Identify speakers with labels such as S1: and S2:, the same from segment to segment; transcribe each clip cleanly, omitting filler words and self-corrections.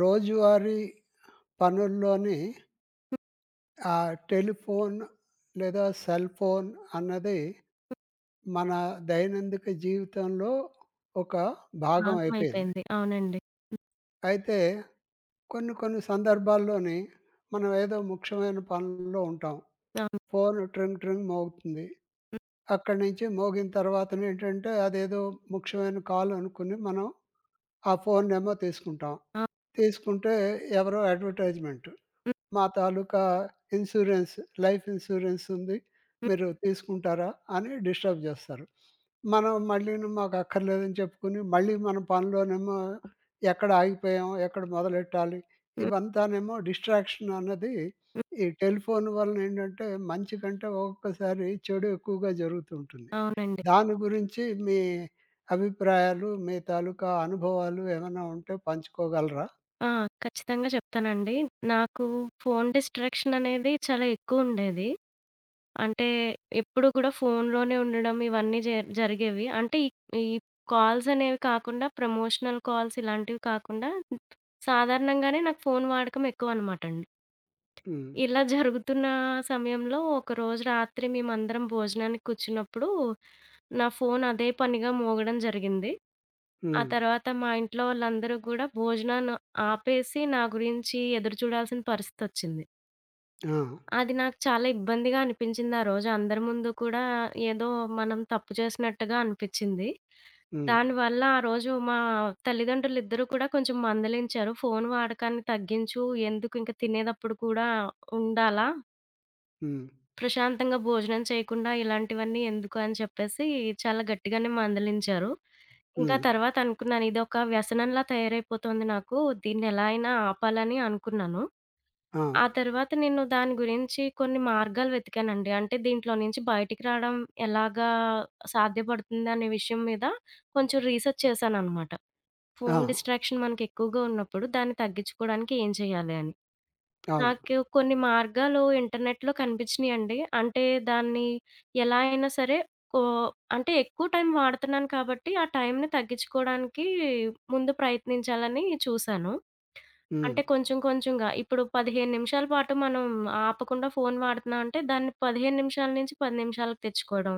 S1: రోజువారీ పనుల్లోని ఆ టెలిఫోన్ లేదా సెల్ ఫోన్ అన్నది మన దైనందిక జీవితంలో ఒక భాగం అయిపోయింది.
S2: భాగమైపోయింది. అవునండి.
S1: అయితే కొన్ని కొన్ని సందర్భాల్లోని మనం ఏదో ముఖ్యమైన పనుల్లో ఉంటాం.
S2: అవును.
S1: ఫోను ట్రింగ్ ట్రింగ్ మోగుతుంది. అక్కడి నుంచి మోగిన తర్వాతనేంటంటే అదేదో ముఖ్యమైన కాల్ అనుకుని మనం ఆ ఫోనేమో తీసుకుంటాం.
S2: ఆ!
S1: తీసుకుంటే ఎవరో అడ్వర్టైజ్‌మెంట్. మా తాలూకా ఇన్సూరెన్స్, లైఫ్ ఇన్సూరెన్స్ ఉంది.
S2: హ్మ్.
S1: మీరు తీసుకుంటారా? అని డిస్టర్బ్ జేస్తారు. మనం మళ్ళీను మాకు అక్కర్లేదని చెప్పుకుని, మళ్ళీ మన పనిలోనేమో ఎక్కడ ఆగిపోయాం? ఎక్కడ మొదలెట్టాలి?
S2: హ్మ్.
S1: ఇవంతానేమో డిస్ట్రాక్షన్ అన్నది
S2: హ్మ్.
S1: ఈ టెలిఫోన్ వలనేంటంటే, మంచి కంటే ఒక్కొక్కసారి చెడు ఎక్కువగా జరుగుతూ ఉంటుంది.
S2: అవునండి.
S1: దాని గురించి మీ అభిప్రాయాలు, మీ తాలూకా అనుభవాలు ఏమైనా ఉంటే పంచుకోగలరా?
S2: ఆ! ఖచ్చితంగా చెప్తానండి. నాకు ఫోను డిస్ట్రాక్షన్ అనేది చాలా ఎక్కువుండేది. అంటే ఎప్పుడు కూడా ఫోనులోనే ఉండడం ఇవన్నీ జరిగేవి. అంటే ఈ ఈ కాల్స్ అనేవి కాకుండా ప్రమోషనల్ కాల్స్ ఇలాంటివి కాకుండా సాధారణంగానే నాకు ఫోను వాడకం ఎక్కువనమాటండి.
S1: హ్మ్.
S2: ఇలా జరుగుతున్న సమయంలో ఒకరోజు రాత్రి మేమందరం భోజనానికి కూర్చున్నప్పుడు, నా ఫోను అదే పనిగా మోగడం జరిగింది. ఆ
S1: హ్మ్.
S2: తర్వాత మా ఇంట్లో వాళ్ళందరూ గూడా భోజనాన్ని ఆపేసి నా గురించి ఎదురు చూడాల్సిన పరిస్థితొచ్చింది.
S1: ఆ!
S2: అది నాకు చాలా ఇబ్బందిగా అనిపించింది ఆ రోజు. అందరి ముందు కూడా ఏదో మనం తప్పు చేసినట్టుగా అనిపిచ్చింది.
S1: హ్మ్.
S2: దానివల్ల ఆ రోజు మా తల్లిదండ్రులిద్దరూ కూడా కొంచెం మందలించారు. "ఫోను వాడకాన్ని తగ్గించు. ఎందుకు ఇంక తినేదప్పుడు కూడా ఉండాలా?"
S1: హ్మ్.
S2: ప్రశాంతంగా భోజనం చేయకుండా ఇలాంటివన్నీ ఎందుకు అని చెప్పేసి చాలా గట్టిగానే మందలించారు. ఇంకా
S1: హ్మ్.
S2: తర్వాత అనుకున్నాను ఇదొక వ్యసనంలా తయారైపోతుంది నాకు. దీన్నెలా అయినా ఆపాలని అనుకున్నాను.
S1: ఆ!
S2: ఆ తర్వాత నేను దాని గురించి కొన్ని మార్గాలు వెతికానండి. అంటే దీంట్లో నుంచి బయటికి రావడం ఎలాగా సాధ్యపడుతుందనే విషయం మీద కొంచెం రీసెర్చ్ చేశాననమాట.
S1: ఆ!
S2: ఫోను డిస్ట్రాక్షన్ మనకెక్కువగా ఉన్నప్పుడు దాన్ని తగ్గించుకోవడానికి ఏం చేయాలి అని.
S1: అవును.
S2: నాకు కొన్ని మార్గాలు ఇంటర్నెట్‌లో కనిపించినియండి. అంటే దాన్ని ఎలా అయినా సరే కో అంటే ఎక్కువ టైం వాడుతున్నాను కాబట్టి, ఆ టైంని తగ్గించుకోవడానికి ముందు ప్రయత్నించాలని చూశాను.
S1: హ్మ్.
S2: అంటే కొంచెం కొంచెంగా ఇప్పుడు 15 నిమిషాల పాటు మనం ఆపకుండా ఫోను వాడుతున్నాం అంటే, దాన్ని 15 నిమిషాల నుంచి 10 నిమిషాలకు తెచ్చుకోవడం.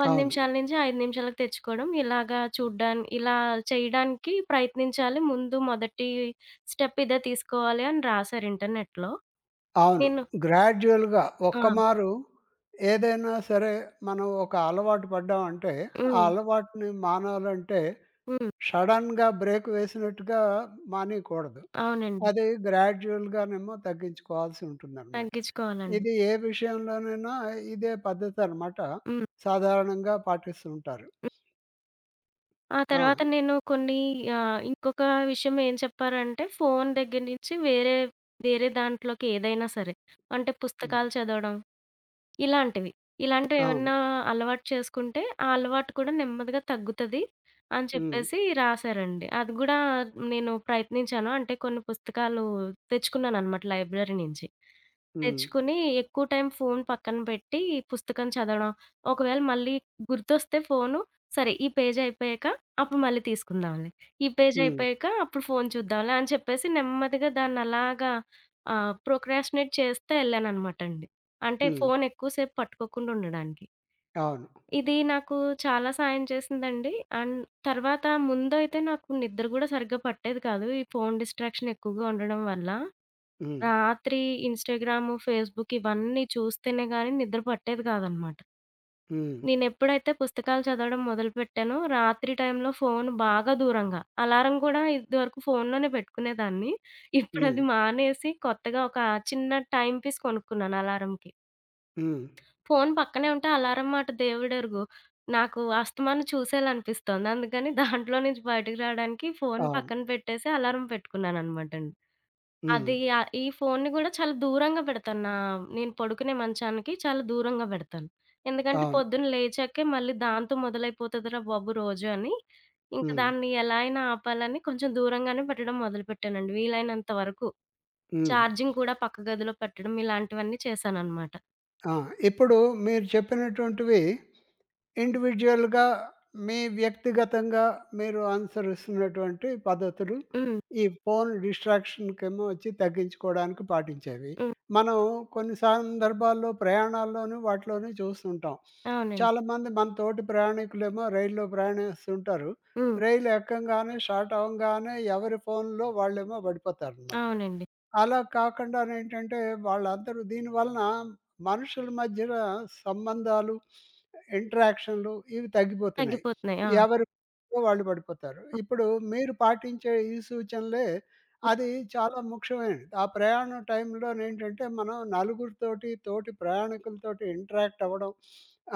S2: 10
S1: అవును.
S2: నిమిషాల నుంచి 5 నిమిషాలకు తెచ్చుకోవడం. ఇలాగా చూడ్డాని ఇలా చేయడానికి ప్రయత్నించాలి. ముందు మొదటి స్టెప్ ఇదే తీసుకోవాలి అని రాశారు ఇంటర్నెట్‌లో.
S1: అవును.
S2: నేను
S1: గ్రాడ్యుయల్‌గా
S2: ఆ!
S1: ఒక్క మారు ఏదైనా సరే మనం ఒక అలవాటు పడ్డామంటే, ఆ
S2: హ్మ్.
S1: అలవాటుని మానాలంటే
S2: హ్మ్.
S1: సడెన్‌గా బ్రేక్ వేసినట్టుగా మానేయకూడదు.
S2: అవునండి.
S1: అది గ్రాడ్యుయల్‌గానేమో తగ్గించుకోవాల్సి ఉంటుందనమాట.
S2: తగ్గించుకోవాలండి.
S1: ఇది ఏ విషయంలోనైనా ఇదే పద్ధతి అనమాట.
S2: హ్మ్.
S1: సాధారణంగా పాటిస్తుంటారు.
S2: హ్మ్. ఆ
S1: ఆ!
S2: తర్వాత నేను కొన్ని ఇంకొక విషయం ఏం చెప్పారంటే ఫోను దగ్గర నుంచి వేరే, వేరే దాంట్లోకి ఏదైనా సరే, అంటే
S1: హ్మ్.
S2: పుస్తకాలు చదవడం ఇలాంటివి.
S1: అవును.
S2: ఇలాంటివేమన్నా అలవాటు చేసుకుంటే, ఆ అలవాటు కూడా నెమ్మదిగా తగ్గుతది అని
S1: హ్మ్.
S2: చెప్పేసి రాశారండి. అది గూడా నేను ప్రయత్నించాను. అంటే కొన్ని పుస్తకాలు తెచ్చుకున్నాననమాట లైబ్రరీ నుంచి.
S1: హ్మ్.
S2: తెచ్చుకుని ఎక్కువ టైం ఫోను పక్కన పెట్టి పుస్తకం చదవడం. ఒకవేళ మళ్ళీ గుర్తొస్తే ఫోను, సరే ఈ పేజ్ అయిపోయాక అప్పుడు మళ్ళీ తీసుకుందాంలే. ఈ పేజ్
S1: హ్మ్.
S2: అయిపోయాక అప్పుడు ఫోను చూద్దాంలే అని చెప్పేసి నెమ్మదిగా దాన్నలాగా ప్రోక్రాస్టినేట్ చేస్తా ఎళ్ళాననమాటండి. అంటే
S1: హ్మ్.
S2: ఫోను ఎక్కువ సేపు పట్టుకోకుండా ఉండడానికి.
S1: అవును.
S2: ఇది నాకు చాలా సాయం చేసిందండి. అండ్ తర్వాత ముందైతే నాకు నిద్ర గూడా సరిగ్గా పట్టేది కాదు. ఈ ఫోను డిస్ట్రాక్షన్ ఎక్కువగా ఉండడం వల్ల.
S1: హ్మ్.
S2: రాత్రి ఇన్‌స్టాగ్రాము, ఫేస్‌బుక్ ఇవన్నీ చూస్తేనే గానీ నిద్ర పట్టేది కాదనమాట.
S1: హ్మ్.
S2: నేనెప్పుడైతే పుస్తకాలు చదవడం మొదలుపెట్టానో రాత్రి టైంలో ఫోను బాగా దూరంగా, అలారం గూడా ఇదివరకు ఫోనులోనే పెట్టుకునేదాన్ని.
S1: హ్మ్.
S2: ఇప్పుడది మానేసి కొత్తగా ఒక చిన్న టైమ్ పీస్ కొనుక్కున్నాను అలారంకి.
S1: హ్మ్.
S2: ఫోను పక్కనే ఉంటే అలారం మాట దేవుడెరుగు. నాకు అస్తమానం చూసేయాలనిపిస్తోంది. అందుకని దాంట్లో నుంచి బయటికి రాడానికి ఫోను
S1: అవును.
S2: పక్కన పెట్టేసి అలారం పెట్టుకున్నాననమాటండి.
S1: హ్మ్.
S2: అది ఈ ఫోనుని గూడా చాలా దూరంగా పెడతాను. నేను పడుకునే మంచానికి చాలా దూరంగా బెడతాను. ఎందుకంటే
S1: అవును.
S2: పొద్దున్న లేచాకే మళ్ళీ దాంతో మొదలైపోతదిరా బాబు రోజు అని, ఇంక
S1: హ్మ్.
S2: దాన్ని ఎలా అయినా ఆపాలని కొంచెం దూరంగానే పెట్టడం మొదలుపెట్టానండి. వీలైనంత వరకు.
S1: హ్మ్.
S2: ఛార్జింగ్ కూడా పక్క గదిలో పెట్టడం ఇలాంటివన్నీ చేశాననమాట.
S1: ఆ! ఇప్పుడు మీరు చెప్పినటువంటివి ఇండివిడ్యుయల్‌గా మీ వ్యక్తిగతంగా మీరు అనుసరిస్తున్నటువంటి పద్ధతులు,
S2: హ్మ్.
S1: ఈ ఫోను డిస్ట్రాక్షన్‌కేమో వచ్చి తగ్గించుకోవడానికి పాటించేవి.
S2: హ్మ్.
S1: మనం కొన్ని సందర్భాల్లో ప్రయాణాల్లోనూ, వాటిలోనూ చూస్తుంటాం.
S2: అవునండి.
S1: చాలామంది మన తోటి ప్రయాణికులేమో రైల్లో ప్రయాణిస్తుంటారు.
S2: హ్మ్.
S1: రైలు ఎక్కంగానే, స్టార్ట్ అవ్వంగానే ఎవరి ఫోన్‌లో వాళ్ళేమో పడిపోతారనమాట.
S2: అవునండి.
S1: అలా కాకుండా నేంటంటే వాళ్ళందరూ దీనివలన మనుషుల మధ్యన సంబంధాలు, ఇంటరాక్షన్‌లు ఇవి తగ్గిపోతున్నాయి.
S2: తగ్గిపోతున్నాయి. ఆ!
S1: ఎవరి పనిలో వాళ్ళు పడిపోతారు.
S2: హ్మ్.
S1: ఇప్పుడు మీరు పాటించే ఈ సూచనలే అది చాలా ముఖ్యమైనది. ఆ ప్రయాణం టైంలోనేంటంటే మనం నలుగురితోటి, తోటి ప్రయాణికులతోటి ఇంటరాక్ట్ అవ్వడం,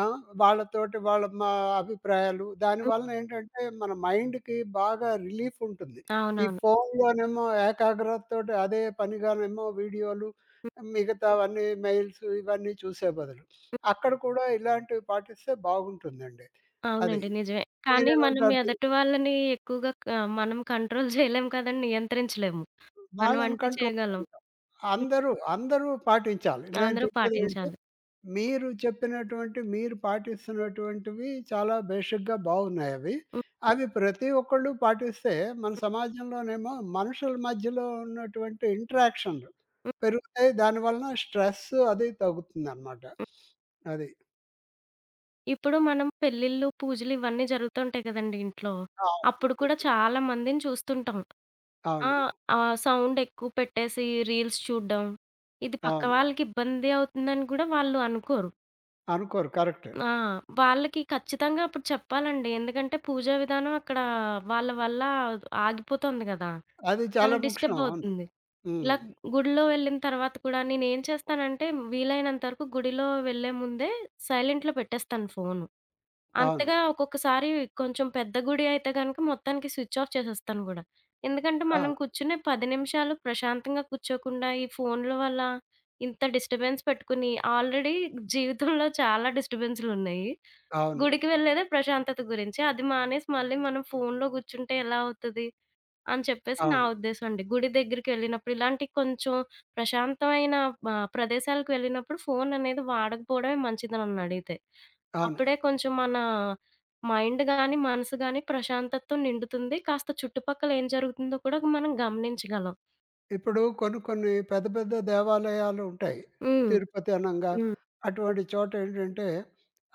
S1: వాళ్ళతోటి వాళ్ళ మా అభిప్రాయాలు
S2: హ్మ్.
S1: దానివలన ఏంటంటే మన మైండ్‌కి బాగా రిలీఫ్ ఉంటుంది. ఈ
S2: అవునవును.
S1: ఫోన్‌లోనేమో ఏకాగ్రతతోటి అదే పనిగానేమో వీడియోలు,
S2: హ్మ్.
S1: మిగతావన్నీ మెయిల్స్ ఇవన్నీ చూసే బదులు. అక్కడ కూడా ఇలాంటివి పాటిస్తే బాగుంటుందండి. అది.
S2: అవునండి. నిజమే. కానీ మనం
S1: మీరేమంటారు దీనికి?
S2: ఎదటి వాళ్ళని ఎక్కువగా క మనం కంట్రోల్ చేయలేం కదండీ! నియంత్రించలేము. మనం
S1: వాళ్ళని
S2: అంటే
S1: కంట్రోల్
S2: చేయగలం. హ్మ్.
S1: అందరూ, అందరూ పాటించాలి. నేను
S2: అందరూ
S1: చెప్పేదేంటి
S2: పాటించాలి.
S1: మీరు చెప్పినటువంటి మీరు పాటిస్తున్నటువంటివి చాలా బేషిక్‌గా బాగున్నాయి అవి.
S2: హ్మ్.
S1: అవి ప్రతి ఒక్కళ్ళు పాటిస్తే మన సమాజంలోనేమో మనుషుల మధ్యలో ఉన్నటువంటి ఇంటరాక్షన్‌లు
S2: హ్మ్.
S1: పెరుగుతాయి. దానివలన స్ట్రెస్ అది తగ్గుతుందనమాట.
S2: హ్మ్.
S1: అది.
S2: ఇప్పుడు మనం పెళ్ళిళ్ళు, పూజలు ఇవన్నీ జరుగుతుంటాయి కదండీ ఇంట్లో.
S1: అవును.
S2: అప్పుడు కూడా చాలా మందిని చూస్తుంటాం. ఆ!
S1: అవును.
S2: ఆ సౌండ్ ఎక్కువ పెట్టేసి రీల్స్ చూడడం, ఇది పక్క
S1: అవును.
S2: వాళ్ళకి ఇబ్బంది అవుతుందని కూడా వాళ్ళు అనుకోరు.
S1: అనుకోరు. కరెక్ట్.
S2: ఆ! వాళ్ళకి ఖచ్చితంగా అప్పుడు చెప్పాలండి. ఎందుకంటే పూజా విధానం అక్కడ వాళ్ళ వల్ల ఆగిపోతుంది గదా!
S1: అది
S2: చాలా
S1: చాలా ముఖ్యం.
S2: డిస్టర్బ్
S1: అవును.
S2: అవుతుంది.
S1: హ్మ్.
S2: ఇలా గుడిలో వెళ్ళిన తర్వాత కూడా నేనేం చేస్తానంటే వీలైనంత వరకు గుడిలో వెళ్ళే ముందే సైలెంట్‌లో పెట్టేస్తాను ఫోను.
S1: అవును.
S2: అంతగా ఒక్కొక్కసారి కొంచెం పెద్ద గుడి అయితే గనుక మొత్తానికి స్విచ్ ఆఫ్ చేసేస్తాను గూడా. ఎందుకంటే
S1: ఆ!
S2: మనం కూర్చునే 10 నిమిషాలు ప్రశాంతంగా కూర్చోకుండా ఈ ఫోన్‌ల వల్ల ఇంత డిస్టర్బెన్స్ పెట్టుకుని ఆల్రెడీ జీవితంలో చాలా డిస్టర్బెన్స్‌లున్నాయి.
S1: అవును.
S2: గుడికి వెళ్ళేదే ప్రశాంతత గురించి. అది మానేసి మళ్ళీ మనం ఫోనులో గూర్చుంటే ఎలా అవుతది? అని చెప్పేసి నా
S1: అవును.
S2: ఉద్దేశం అండి. గుడి దగ్గరికెళ్ళినప్పుడు ఇలాంటి కొంచెం ప్రశాంతమైన ప్రదేశాలకు వెళ్ళినప్పుడు ఫోననేది వాడకపోవడమే మంచిది నన్నడిగితే.
S1: అవును.
S2: అప్పుడే కొంచెం మన మైండ్ గాని, మనసు గాని ప్రశాంతతతో నిండుతుంది. కాస్త చుట్టుపక్కల ఏం జరుగుతుందో కూడా మనం గమనించగలం.
S1: ఇప్పుడు కొన్ని కొన్ని పెద్ద పెద్ద దేవాలయాలు ఉంటాయి.
S2: హ్మ్.
S1: తిరుపతి అనంగా
S2: హ్మ్.
S1: అటువంటి చోట ఏంటంటే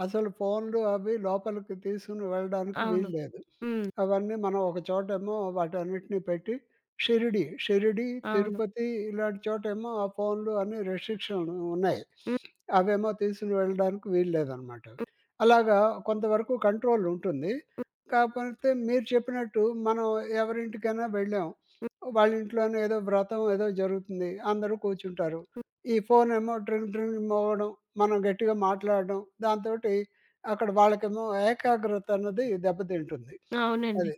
S1: అసలు ఫోన్‌లు అవి లోపలికి తీసుకొని వెళ్ళడానికి
S2: అవును.
S1: వీల్లేదు.
S2: హ్మ్.
S1: అవన్నీ మనం ఒక చోటేమో వాటన్నిటిని పెట్టి షిరిడి,
S2: అవును.
S1: తిరుపతి ఇలాంటి చోటేమో ఆ ఫోన్‌లు అన్ని రెస్ట్రిక్షన్ ఉన్నాయి.
S2: హ్మ్.
S1: అవేమో తీసుకొని వెళ్ళడానికి వీల్లేదనమాట.
S2: హ్మ్.
S1: అలాగా కొంతవరకు కంట్రోల్ ఉంటుంది.
S2: హ్మ్.
S1: కాకపోతే మీరు చెప్పినట్టు మనం ఎవరింటికైనా వెళ్ళాం.
S2: హ్మ్.
S1: వాళ్ళ ఇంట్లోనే ఏదో వ్రతం ఏదో జరుగుతుంది. అందరూ కూర్చుంటారు.
S2: హ్మ్.
S1: ఈ ఫోనేమో డ్రింగ్ డ్రింగ్ మోగడం, మనం గట్టిగా మాట్లాడడం, దాంతోటి అక్కడ వాళ్ళకేమో ఏకాగ్రత అన్నది దెబ్బతింటుంది.
S2: అవునండి.
S1: అది.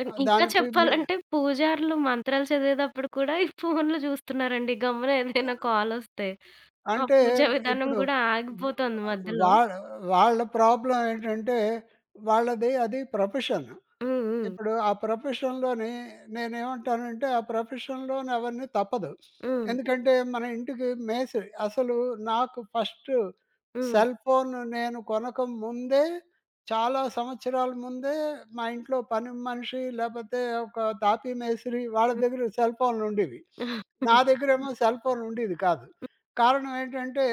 S2: అన్ ఇంకా
S1: దానికి మీ
S2: చెప్పాలంటే పూజారులు మంత్రాలు చదివేదప్పుడు కూడా ఈ ఫోన్లు చూస్తున్నారండి. గమ్మున ఏదైనా కాలొస్తే. ఆ
S1: అంటే
S2: పూజా విధానం
S1: ఇప్పుడు
S2: గూడా ఆగిపోతుంది మధ్యలో.
S1: వా వాళ్ళ ప్రాబ్లమ్ ఏంటంటే వాళ్ళది అది ప్రొఫెషన్.
S2: హ్మ్.
S1: ఇప్పుడు ఆ ప్రొఫెషన్‌లోని నేనేమంటానంటే, ఆ ప్రొఫెషన్‌లోని అవన్నీ తప్పదు.
S2: హ్మ్.
S1: ఎందుకంటే, మన ఇంటికి మేస్త్రి అసలు నాకు ఫస్టు
S2: హ్మ్.
S1: సెల్ ఫోన్ నేను కొనక ముందే, చాలా సంవత్సరాల ముందే మా ఇంట్లో పని మనిషి, లేపోతే ఒక తాపీ మేస్త్రి వాళ్ళ
S2: హ్మ్.
S1: దగ్గర సెల్ ఫోన్‌లుండేవి.
S2: హ్మ్.
S1: నా దగ్గరేమో సెల్ ఫోన్ ఉండేది కాదు. కారణం ఏంటంటే,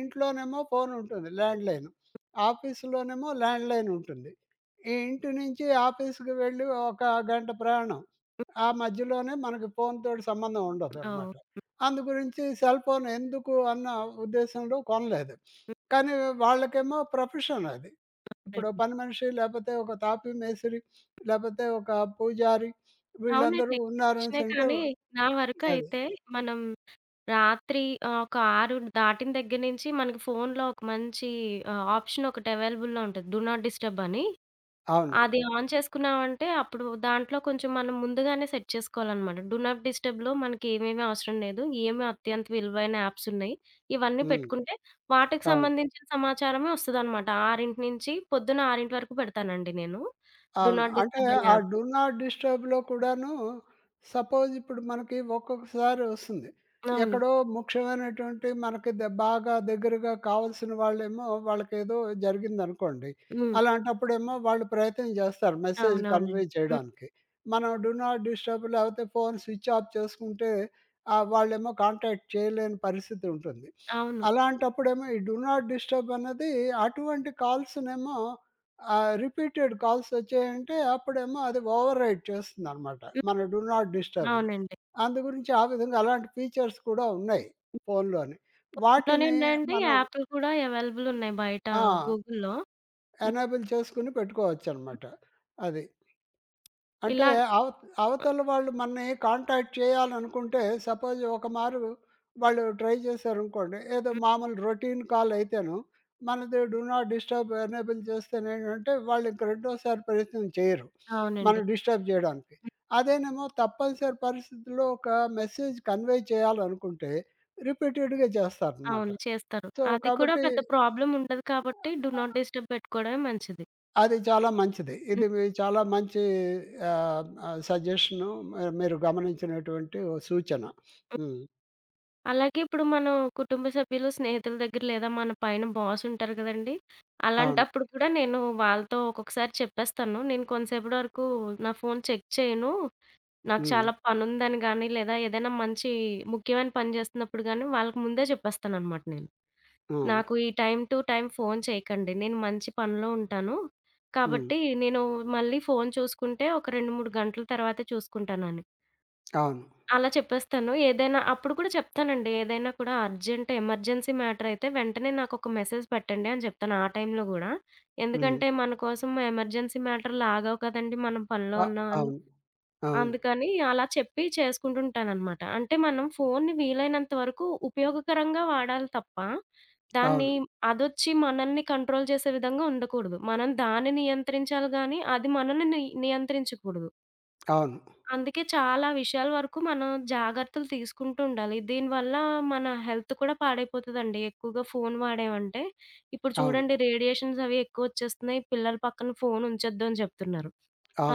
S1: ఇంట్లోనేమో ఫోనుంటుంది ల్యాండ్‌లైను. ఆఫీసులోనేమో ల్యాండ్‌లైనుంటుంది. ఈ ఇంటి నుంచి ఆఫీస్‌కి వెళ్ళి ఒక గంట ప్రయాణం. ఆ మధ్యలోనే మనకి ఫోన్‌తోటి సంబంధం ఉండదనమాట.
S2: అవును.
S1: అందు గురించి సెల్ ఫోన్ ఎందుకు అన్న ఉద్దేశంలో కొనలేదు. కానీ వాళ్ళకేమో ప్రొఫెషన్ అది. ఇప్పుడు
S2: అవునండి.
S1: పని మనిషి లేకపోతే ఒక తాపీ మేస్త్రి, లేకపోతే ఒక పూజారి వీళ్ళందరూ
S2: అవునండి. విషయమే
S1: ఉన్నారనేసంటే
S2: కానీ నా
S1: అది.
S2: వరకైతే మనం రాత్రి ఒక 6 దాటిన దగ్గర నుంచి మనకి ఫోన్‌లో ఒక మంచి ఆప్షన్ ఒకటి అవైలబుల్‌లో ఉంటది. డు నాట్ డిస్టర్బ్ అని.
S1: అవును.
S2: అది ఆన్ చేసుకున్నామంటే అప్పుడు దాంట్లో కొంచెం మనం ముందుగానే సెట్ చేసుకోవాలనమాట. డూ నాట్ డిస్టర్బ్‌లో మనకి ఏమేమి అవసరం లేదు. ఏమి అత్యంత విలువైన యాప్స్ ఉన్నాయి. ఇవన్నీ
S1: హ్మ్.
S2: పెట్టుకుంటే వాటికి
S1: అవును.
S2: సంబంధించిన సమాచారమే వస్తదనమాట. 6 నుంచి పొద్దున 6 వరకు పెడతానండి నేను. డూ
S1: అవును.
S2: నాట్
S1: అంటే
S2: డిస్టర్బ్ అనే
S1: ఆ
S2: యాప్.
S1: డు నాట్ డిస్టర్బ్‌లో కూడాను సపోజ్ ఇప్పుడు మనకి ఒక్కొక్కసారి వస్తుంది.
S2: అవును.
S1: ఎక్కడో ముఖ్యమైనటువంటి మనకి బాగా దగ్గరగా కావాల్సిన వాళ్ళేమో వాళ్ళకేదో జరిగిందనుకోండి.
S2: హ్మ్.
S1: అలాంటప్పుడేమో వాళ్ళు ప్రయత్నం చేస్తారు మెసేజ్
S2: అవునవునండి.
S1: కన్వే
S2: హ్మ్.
S1: చేయడానికి. మనం డు నాట్ డిస్టర్బ్ లేకపోతే ఫోన్ స్విచ్ ఆఫ్ చేసుకుంటే వాళ్ళేమో కాంటాక్ట్ చేయలేని పరిస్థితి ఉంటుంది.
S2: అవును.
S1: అలాంటప్పుడేమో ఈ డు నాట్ డిస్టర్బ్ అన్నది అటువంటి కాల్స్‌నేమో ఆ! రిపీటెడ్ కాల్స్ వచ్చాయంటే అప్పుడేమో అది ఓవర్ రైట్ చేస్తుందనమాట.
S2: హ్మ్.
S1: మన డూ నాట్ డిస్టర్బ్‌ని.
S2: అవునండి.
S1: అందు గురించి ఆ విధంగా అలాంటి ఫీచర్స్ కూడా ఉన్నాయి ఫోన్‌లోని.
S2: ఇంట్లోనే
S1: వాటిని
S2: ఉన్నాయండి.
S1: మనం
S2: యాప్లు కూడా అవైలబుల్ ఉన్నాయి బయట
S1: ఆ!
S2: గూగుల్‌లో. హ్మ్.
S1: ఎనేబుల్ చేసుకొని పెట్టుకోవచ్చనమాట. అది. అంటే
S2: ఇలా
S1: అవ అవతల వాళ్ళు మనని కాంటాక్ట్ చేయాలనుకుంటే సపోజ్ ఒక మారు వాళ్ళు ట్రై చేశారనుకోండి. ఏదో
S2: హ్మ్.
S1: మామూలు రొటీన్ కాల్ అయితేను. మనది డూ నాట్ డిస్టర్బ్ ఎనేబుల్ చేస్తేనేంటంటే వాళ్ళు ఇంక రెండోసారి ప్రయత్నం చేయరు.
S2: అవునండి.
S1: మనం డిస్టర్బ్ చేయడానికి. అదేనేమో తప్పనిసరి పరిస్థితుల్లో ఒక మెసేజ్ కన్వే చేయాలనుకుంటే రిపీటెడ్‌గా చేస్తారనమాట.
S2: అవును. చేస్తారు.
S1: సో,
S2: అది కూడా
S1: కాబట్టి
S2: పెద్ద ప్రాబ్లమ్ ఉండదు కాబట్టి డు నాట్ డిస్టర్బ్ పెట్టుకోవడమే మంచిది.
S1: అది చాలా మంచిది.
S2: హ్మ్.
S1: ఇది మీ చాలా మంచి ఆహ్, ఆహ్, సజెషను మీరు గమనించినటువంటి ఓ సూచన.
S2: హ్మ్.
S1: హ్మ్.
S2: అలాగే ఇప్పుడు మనం కుటుంబ సభ్యులు, స్నేహితుల దగ్గర లేదా మన పైన బాస్ ఉంటారు కదండీ!
S1: అవును.
S2: అలాంటప్పుడు కూడా నేను వాళ్ళతో ఒక్కొక్కసారి చెప్పేస్తాను. నేను కొంతసేపటి వరకు నా ఫోను చెక్ చేయను. నాకు
S1: హ్మ్.
S2: చాలా పనుందని గాని లేదా ఏదైనా మంచి ముఖ్యమైన పని చేస్తున్నప్పుడు గాని వాళ్ళకి ముందే చెప్పేస్తాననమాట నేను.
S1: హ్మ్.
S2: నాకు ఈ టైమ్ టు టైమ్ ఫోను చేయకండి. నేను మంచి పనిలో ఉంటాను.
S1: హ్మ్.
S2: కాబట్టి నేను మళ్ళీ ఫోను చూసుకుంటే ఒక 2, 3 గంటల తర్వాతే చూసుకుంటానని.
S1: అవును.
S2: అలా చెప్పేస్తాను. ఏదైనా అప్పుడు కూడా చెప్తానండి. ఏదైనా కూడా అర్జెంట్ ఎమర్జెన్సీ మ్యాటర్ అయితే వెంటనే నాకొక మెసేజ్ పెట్టండి అని చెప్తాను ఆ టైంలో గూడా.
S1: హ్మ్.
S2: ఎందుకంటే మన కోసం ఎమర్జెన్సీ మ్యాటర్‌లు ఆగవు కదండీ! మనం పనిలో
S1: అ
S2: ఉన్నామని.
S1: అవును. అవును.
S2: అందుకని అలా చెప్పి చేసుకుంటుంటాననమాట. అంటే మనం ఫోన్‌ని వీలైనంత వరకు ఉపయోగకరంగా వాడాలి తప్ప, దాన్ని
S1: అవును.
S2: అదొచ్చి మనల్ని కంట్రోల్ చేసే విధంగా ఉండకూడదు. మనం దాన్ని నియంత్రించాలి గానీ, అది మనల్ని నియంత్రించకూడదు.
S1: అవును.
S2: అందుకే చాలా విషయాల వరకు మనం జాగ్రత్తలు తీసుకుంటూ ఉండాలి. దీనివల్ల మన హెల్త్ కూడా పాడైపోతదండి. ఎక్కువగా ఫోను వాడామంటే. ఇప్పుడు
S1: అవును.
S2: చూడండి రేడియేషన్స్ అవి ఎక్కువొచ్చేస్తున్నాయి. పిల్లల పక్కన ఫోను ఉంచొద్దు అని చెప్తున్నారు.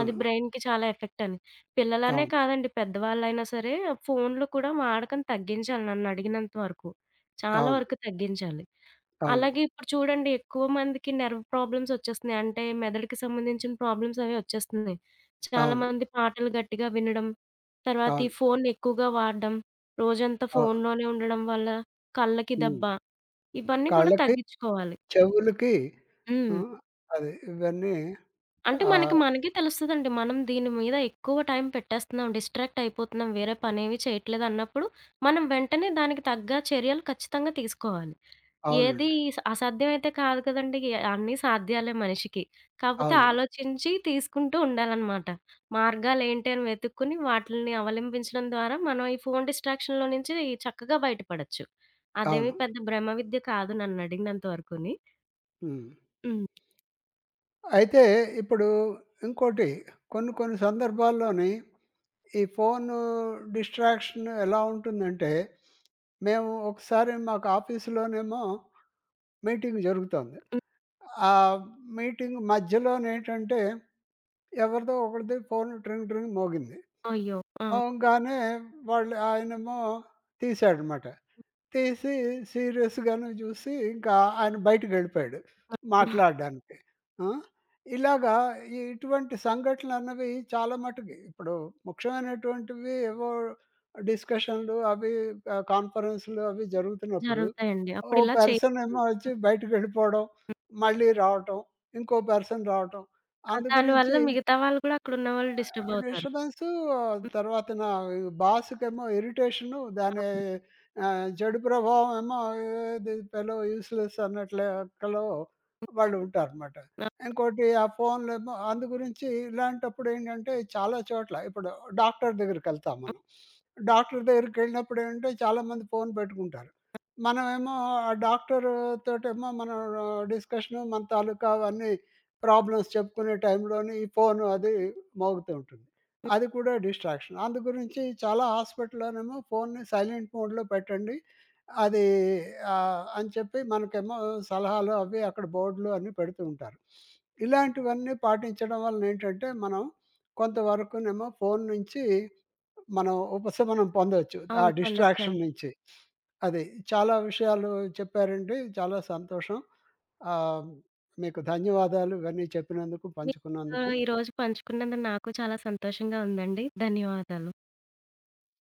S2: అది బ్రెయిన్‌కి చాలా ఎఫెక్ట్ అని. పిల్లలనే
S1: అవును.
S2: కాదండి పెద్దవాళ్ళైనా సరే ఫోన్లు కూడా వాడకం తగ్గించాలి నన్నడిగినంత వరకు. చాలా
S1: అవును.
S2: వరకు తగ్గించాలి.
S1: అవును.
S2: అలాగే ఇప్పుడు చూడండి ఎక్కువ మందికి నెర్వ్ ప్రాబ్లమ్స్ వచ్చేస్తున్నాయి. అంటే మెదడుకి సంబంధించిన ప్రాబ్లమ్స్ అవి వచ్చేస్తున్నాయి. చాలా
S1: అవును.
S2: మంది పాటలు గట్టిగా వినడం, తర్వాత ఈ
S1: అవును.
S2: ఫోన్‌ని ఎక్కువగా వాడడం, రోజంతా
S1: అవును.
S2: ఫోన్‌లోనే ఉండడం వల్ల కళ్ళకి దెబ్బ,
S1: హ్మ్.
S2: ఇవన్నీ కూడా
S1: కళ్ళకి,
S2: తగ్గించుకోవాలి.
S1: చెవులకి
S2: హ్మ్.
S1: హ్మ్. అది ఇవన్నీ
S2: అంటే మనకి
S1: ఆహ్,
S2: మనకే తెలుస్తదండి. మనం దీని మీద ఎక్కువ టైం పెట్టేస్తున్నాం, డిస్ట్రాక్ట్ అయిపోతున్నాం, వేరే పనేవి చేయట్లేదన్నప్పుడు, మనం వెంటనే దానికి తగ్గ చర్యలు ఖచ్చితంగా తీసుకోవాలి. ఏది
S1: అవునండి.
S2: అసాధ్యమైతే కాదు కదండీ! అన్నీ సాధ్యాలే మనిషికి. కాకపోతే
S1: అవును.
S2: ఆలోచించి తీసుకుంటూ ఉండాలనమాట. మార్గాలేంటి అని వెతుక్కొని, వాటిల్ని అవలంబించడం ద్వారా మనం ఈ ఫోను డిస్ట్రాక్షన్‌లో నుంచి చక్కగా బయటపడొచ్చు. అదేమీ
S1: అవును.
S2: పెద్ద బ్రహ్మ విద్య కాదు నన్నడిగినంత వరకుని.
S1: హ్మ్.
S2: హ్మ్.
S1: అయితే ఇప్పుడు ఇంకోటి కొన్ని కొన్ని సందర్భాల్లోని ఈ ఫోన్ డిస్ట్రాక్షన్ ఎలా ఉంటుందంటే, మేము ఒకసారి మాకు ఆఫీస్‌లోనేమో మీటింగ్ జరుగుతోంది.
S2: హ్మ్.
S1: ఆ మీటింగ్ మధ్యలోనేంటంటే ఎవరిదో ఒకరిది ఫోన్ ట్రింగ్ ట్రింగ్ మోగింది.
S2: అయ్యో!
S1: మోగంగానే వాళ్ళు ఆయనేమో తీసాడనమాట. తీసి సీరియస్‌గాను జూసి, ఇంకా ఆయన బయటికెళ్ళిపోయాడు
S2: ఆ!
S1: మాట్లాడడానికి. ఆ! ఇలాగా ఇటువంటి సంఘటనలన్నవి చాలా మటుకి ఇప్పుడు ముఖ్యమైనటువంటివి ఏవో డిస్కషన్‌లు అవి కాన్ఫరెన్స్‌లు అవి జరుగుతున్నప్పుడు,
S2: జరుగుతాయండి.
S1: ఓ
S2: అప్పుడిలా
S1: పర్సన్
S2: చేయొద్దు.
S1: ఏమో వచ్చి బయటికెళ్ళిపోవడం, మళ్ళీ రావటం, ఇంకో పర్సన్ రావటం.
S2: ఆ!
S1: అందు
S2: దానివల్ల
S1: గురించి
S2: మిగతా వాళ్ళు కూడా అక్కడున్న వాళ్ళు డిస్టర్బ్ అవుతారు.
S1: డిస్టర్బెన్సు
S2: హ్మ్.
S1: తర్వాత నా బాస్‌కేమో ఇరిటేషను దాని
S2: అవును.
S1: చెడు ప్రభావం ఏమో "ది ఫెలో యూజ్‌లెస్" అన్నట్టు లెక్కలో వాళ్ళు ఉంటారనమాట. ఇంకోటి ఆ ఫోన్‌లేమో అందు గురించి ఇలాంటప్పుడు ఏంటంటే చాలా చోట్ల ఇప్పుడు డాక్టర్ దగ్గరికెళ్తాం
S2: అవును.
S1: మనం. డాక్టర్ దగ్గరికెళ్ళినప్పుడు ఏంటంటే చాలామంది ఫోన్ పెట్టుకుంటారు. మనమేమో ఆ డాక్టర్ తోటేమో మనం డిస్కషను మన తాలూకా అవన్నీ ప్రాబ్లమ్స్ చెప్పుకునే టైంలోని ఈ ఫోను అది మోగుతూ ఉంటుంది.
S2: హ్మ్.
S1: అది కూడా డిస్ట్రాక్షన్. అందు గురించి చాలా హాస్పిటల్‌లోనేమో ఫోన్‌ని సైలెంట్ మోడ్‌లో పెట్టండి. అది అని చెప్పి మనకేమో సలహాలు అవి అక్కడ బోర్డులు అన్నీ పెడుతూ ఉంటారు. ఇలాంటివన్నీ పాటించడం వలన ఏంటంటే, మనం కొంతవరకునేమో ఫోన్ నుంచి మనం ఉపశమనం పొందొచ్చు. ఆ
S2: అవును.
S1: డిస్ట్రాక్షన్
S2: పొందొచ్చండి.
S1: నుంచి. అది చాలా విషయాలు చెప్పారండి. చాలా సంతోషం. ఆహ్, మీకు ధన్యవాదాలు ఇవన్నీ చెప్పినందుకు,
S2: మీతో
S1: పంచుకున్నందుకు.
S2: ఈరోజు పంచుకున్నందుకు నాకు చాలా సంతోషంగా ఉందండి. ధన్యవాదాలు.